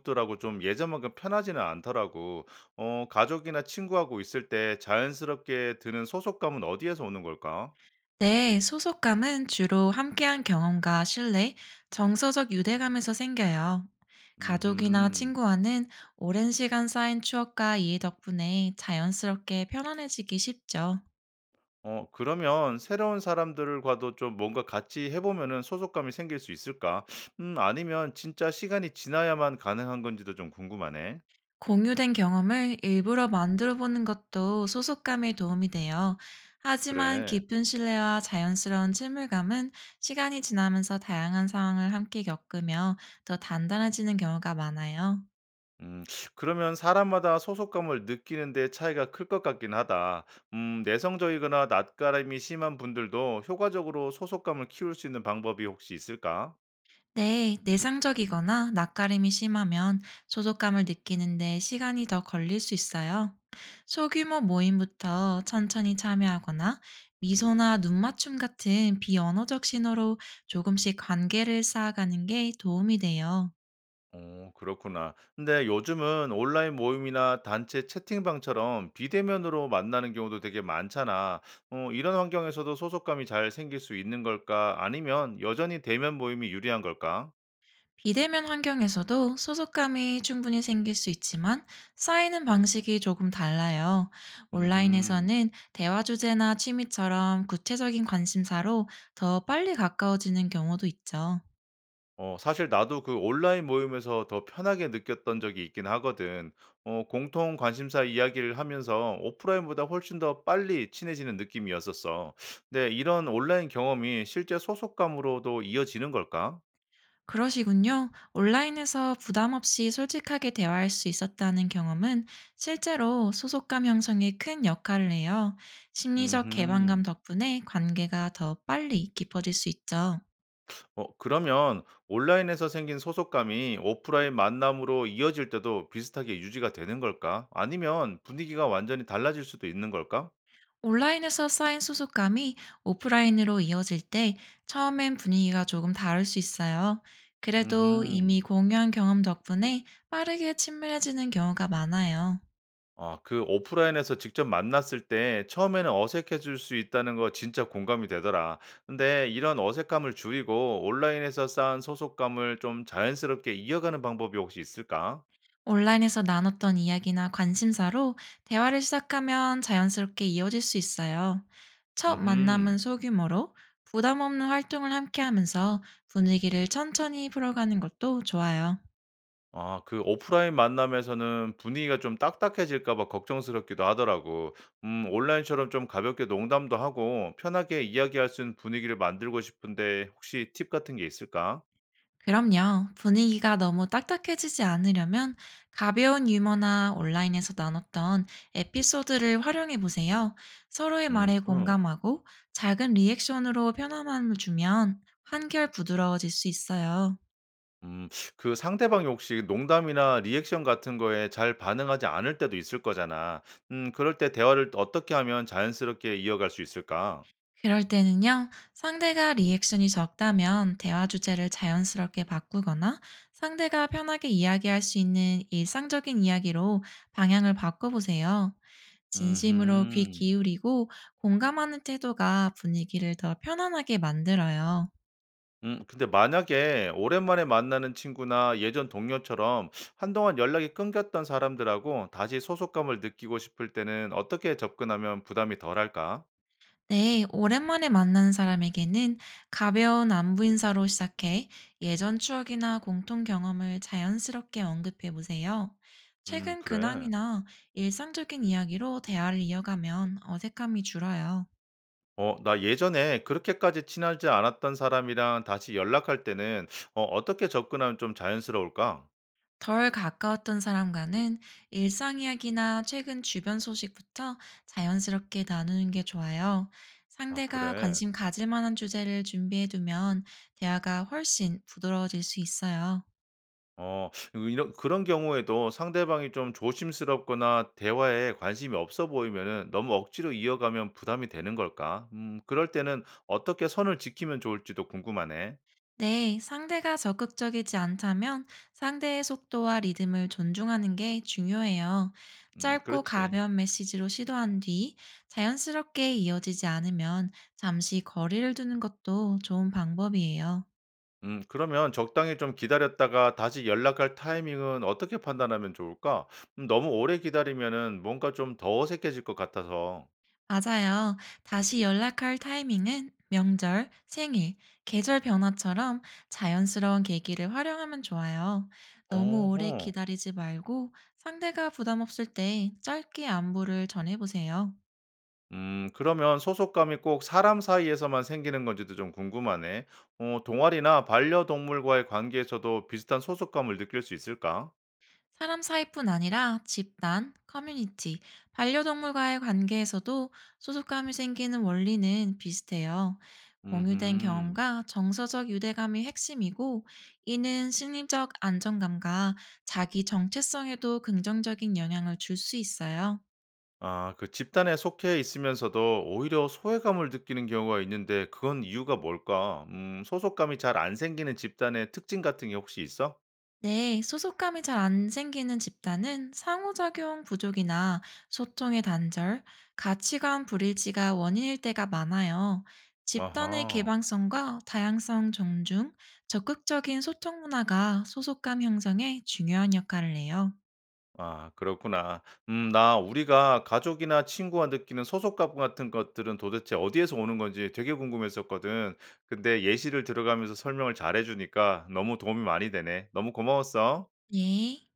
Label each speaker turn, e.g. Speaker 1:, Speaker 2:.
Speaker 1: 그것들하고 좀 예전만큼 편하지는 않더라고. 가족이나 친구하고 있을 때 자연스럽게 드는 소속감은 어디에서 오는 걸까?
Speaker 2: 네, 소속감은 주로 함께한 경험과 신뢰, 정서적 유대감에서 생겨요. 가족이나
Speaker 1: 음
Speaker 2: 친구와는 오랜 시간 쌓인 추억과 이해 덕분에 자연스럽게 편안해지기 쉽죠.
Speaker 1: 그러면 새로운 사람들과도 좀 뭔가 같이 해 보면은 소속감이 생길 수 있을까? 아니면 진짜 시간이 지나야만 가능한 건지도 좀 궁금하네.
Speaker 2: 공유된 경험을 일부러 만들어 보는 것도 소속감에 도움이 돼요. 하지만
Speaker 1: 그래.
Speaker 2: 깊은 신뢰와 자연스러운 친밀감은 시간이 지나면서 다양한 상황을 함께 겪으며 더 단단해지는 경우가 많아요.
Speaker 1: 음, 그러면 사람마다 소속감을 느끼는 데 차이가 클 것 같긴 하다. 내성적이거나 낯가림이 심한 분들도 효과적으로 소속감을 키울 수 있는 방법이 혹시 있을까?
Speaker 2: 네, 내상적이거나 낯가림이 심하면 소속감을 느끼는데 시간이 더 걸릴 수 있어요. 소규모 모임부터 천천히 참여하거나 미소나 눈맞춤 같은 비언어적 신호로 조금씩 관계를 쌓아가는 게 도움이 돼요.
Speaker 1: 어, 그렇구나. 근데 요즘은 온라인 모임이나 단체 채팅방처럼 비대면으로 만나는 경우도 되게 많잖아. 이런 환경에서도 소속감이 잘 생길 수 있는 걸까? 아니면 여전히 대면 모임이 유리한 걸까?
Speaker 2: 비대면 환경에서도 소속감이 충분히 생길 수 있지만 쌓이는 방식이 조금 달라요.
Speaker 1: 음
Speaker 2: 온라인에서는 대화 주제나 취미처럼 구체적인 관심사로 더 빨리 가까워지는 경우도 있죠.
Speaker 1: 사실 나도 그 온라인 모임에서 더 편하게 느꼈던 적이 있긴 하거든. 공통 관심사 이야기를 하면서 오프라인보다 훨씬 더 빨리 친해지는 느낌이었었어. 근데 이런 온라인 경험이 실제 소속감으로도 이어지는 걸까?
Speaker 2: 그러시군요. 온라인에서 부담 없이 솔직하게 대화할 수 있었다는 경험은 실제로 소속감 형성에 큰 역할을 해요. 심리적 개방감
Speaker 1: 음흠.
Speaker 2: 덕분에 관계가 더 빨리 깊어질 수 있죠.
Speaker 1: 그러면 온라인에서 생긴 소속감이 오프라인 만남으로 이어질 때도 비슷하게 유지가 되는 걸까? 아니면 분위기가 완전히 달라질 수도 있는 걸까?
Speaker 2: 온라인에서 쌓인 소속감이 오프라인으로 이어질 때 처음엔 분위기가 조금 다를 수 있어요. 그래도 이미
Speaker 1: 음흠.
Speaker 2: 공연 경험 덕분에 빠르게 친밀해지는 경우가 많아요.
Speaker 1: 아, 그 오프라인에서 직접 만났을 때 처음에는 어색해질 수 있다는 거 진짜 공감이 되더라. 근데 이런 어색함을 줄이고 온라인에서 쌓은 소속감을 좀 자연스럽게 이어가는 방법이 혹시 있을까?
Speaker 2: 온라인에서 나눴던 이야기나 관심사로 대화를 시작하면 자연스럽게 이어질 수 있어요. 첫
Speaker 1: 음
Speaker 2: 만남은 소규모로 부담 없는 활동을 함께 하면서 분위기를 천천히 풀어가는 것도 좋아요.
Speaker 1: 아, 그 오프라인 만남에서는 분위기가 좀 딱딱해질까 봐 걱정스럽기도 하더라고. 온라인처럼 좀 가볍게 농담도 하고 편하게 이야기할 수 있는 분위기를 만들고 싶은데 혹시 팁 같은 게 있을까?
Speaker 2: 그럼요. 분위기가 너무 딱딱해지지 않으려면 가벼운 유머나 온라인에서 나눴던 에피소드를 활용해 보세요. 서로의 말에
Speaker 1: 그럼.
Speaker 2: 공감하고 작은 리액션으로 편함을 주면 한결 부드러워질 수 있어요.
Speaker 1: 음. 그 상대방이 혹시 농담이나 리액션 같은 거에 잘 반응하지 않을 때도 있을 거잖아. 그럴 때 대화를 어떻게 하면 자연스럽게 이어갈 수 있을까?
Speaker 2: 그럴 때는요, 상대가 리액션이 적다면 대화 주제를 자연스럽게 바꾸거나 상대가 편하게 이야기할 수 있는 일상적인 이야기로 방향을 바꿔보세요. 진심으로 귀
Speaker 1: 음흠.
Speaker 2: 기울이고 공감하는 태도가 분위기를 더 편안하게 만들어요.
Speaker 1: 근데 만약에 오랜만에 만나는 친구나 예전 동료처럼 한동안 연락이 끊겼던 사람들하고 다시 소속감을 느끼고 싶을 때는 어떻게 접근하면 부담이 덜할까?
Speaker 2: 네, 오랜만에 만난 사람에게는 가벼운 안부 인사로 시작해 예전 추억이나 공통 경험을 자연스럽게 언급해 보세요. 최근
Speaker 1: 그래.
Speaker 2: 근황이나 일상적인 이야기로 대화를 이어가면 어색함이 줄어요.
Speaker 1: 나 예전에 그렇게까지 친하지 않았던 사람이랑 다시 연락할 때는 어떻게 접근하면 좀 자연스러울까?
Speaker 2: 덜 가까웠던 사람과는 일상 이야기나 최근 주변 소식부터 자연스럽게 나누는 게 좋아요.
Speaker 1: 아,
Speaker 2: 상대가
Speaker 1: 그래.
Speaker 2: 관심 가질 만한 주제를 준비해 두면 대화가 훨씬 부드러워질 수 있어요.
Speaker 1: 그런 경우에도 상대방이 좀 조심스럽거나 대화에 관심이 없어 보이면은 너무 억지로 이어가면 부담이 되는 걸까? 그럴 때는 어떻게 선을 지키면 좋을지도 궁금하네.
Speaker 2: 네, 상대가 적극적이지 않다면 상대의 속도와 리듬을 존중하는 게 중요해요. 짧고
Speaker 1: 그렇지.
Speaker 2: 가벼운 메시지로 시도한 뒤 자연스럽게 이어지지 않으면 잠시 거리를 두는 것도 좋은 방법이에요.
Speaker 1: 그러면 적당히 좀 기다렸다가 다시 연락할 타이밍은 어떻게 판단하면 좋을까? 너무 오래 기다리면은 뭔가 좀 더 어색해질 것 같아서.
Speaker 2: 맞아요. 다시 연락할 타이밍은 명절, 생일, 계절 변화처럼 자연스러운 계기를 활용하면 좋아요. 너무
Speaker 1: 어허.
Speaker 2: 오래 기다리지 말고 상대가 부담 없을 때 짧게 안부를 전해보세요.
Speaker 1: 그러면 소속감이 꼭 사람 사이에서만 생기는 건지도 좀 궁금하네. 동아리나 반려동물과의 관계에서도 비슷한 소속감을 느낄 수 있을까?
Speaker 2: 사람 사이뿐 아니라 집단, 커뮤니티, 반려동물과의 관계에서도 소속감이 생기는 원리는 비슷해요. 공유된
Speaker 1: 음흠.
Speaker 2: 경험과 정서적 유대감이 핵심이고, 이는 심리적 안정감과 자기 정체성에도 긍정적인 영향을 줄 수 있어요.
Speaker 1: 아, 그 집단에 속해 있으면서도 오히려 소외감을 느끼는 경우가 있는데 그건 이유가 뭘까? 소속감이 잘 안 생기는 집단의 특징 같은 게 혹시 있어?
Speaker 2: 네, 소속감이 잘 안 생기는 집단은 상호작용 부족이나 소통의 단절, 가치관 불일치가 원인일 때가 많아요. 집단의
Speaker 1: 아하.
Speaker 2: 개방성과 다양성 존중, 적극적인 소통 문화가 소속감 형성에 중요한 역할을 해요.
Speaker 1: 아, 그렇구나. 나 우리가 가족이나 친구와 느끼는 소속감 같은 것들은 도대체 어디에서 오는 건지 되게 궁금했었거든. 근데 예시를 들어가면서 설명을 잘해주니까 너무 도움이 많이 되네. 너무 고마웠어.
Speaker 2: 네.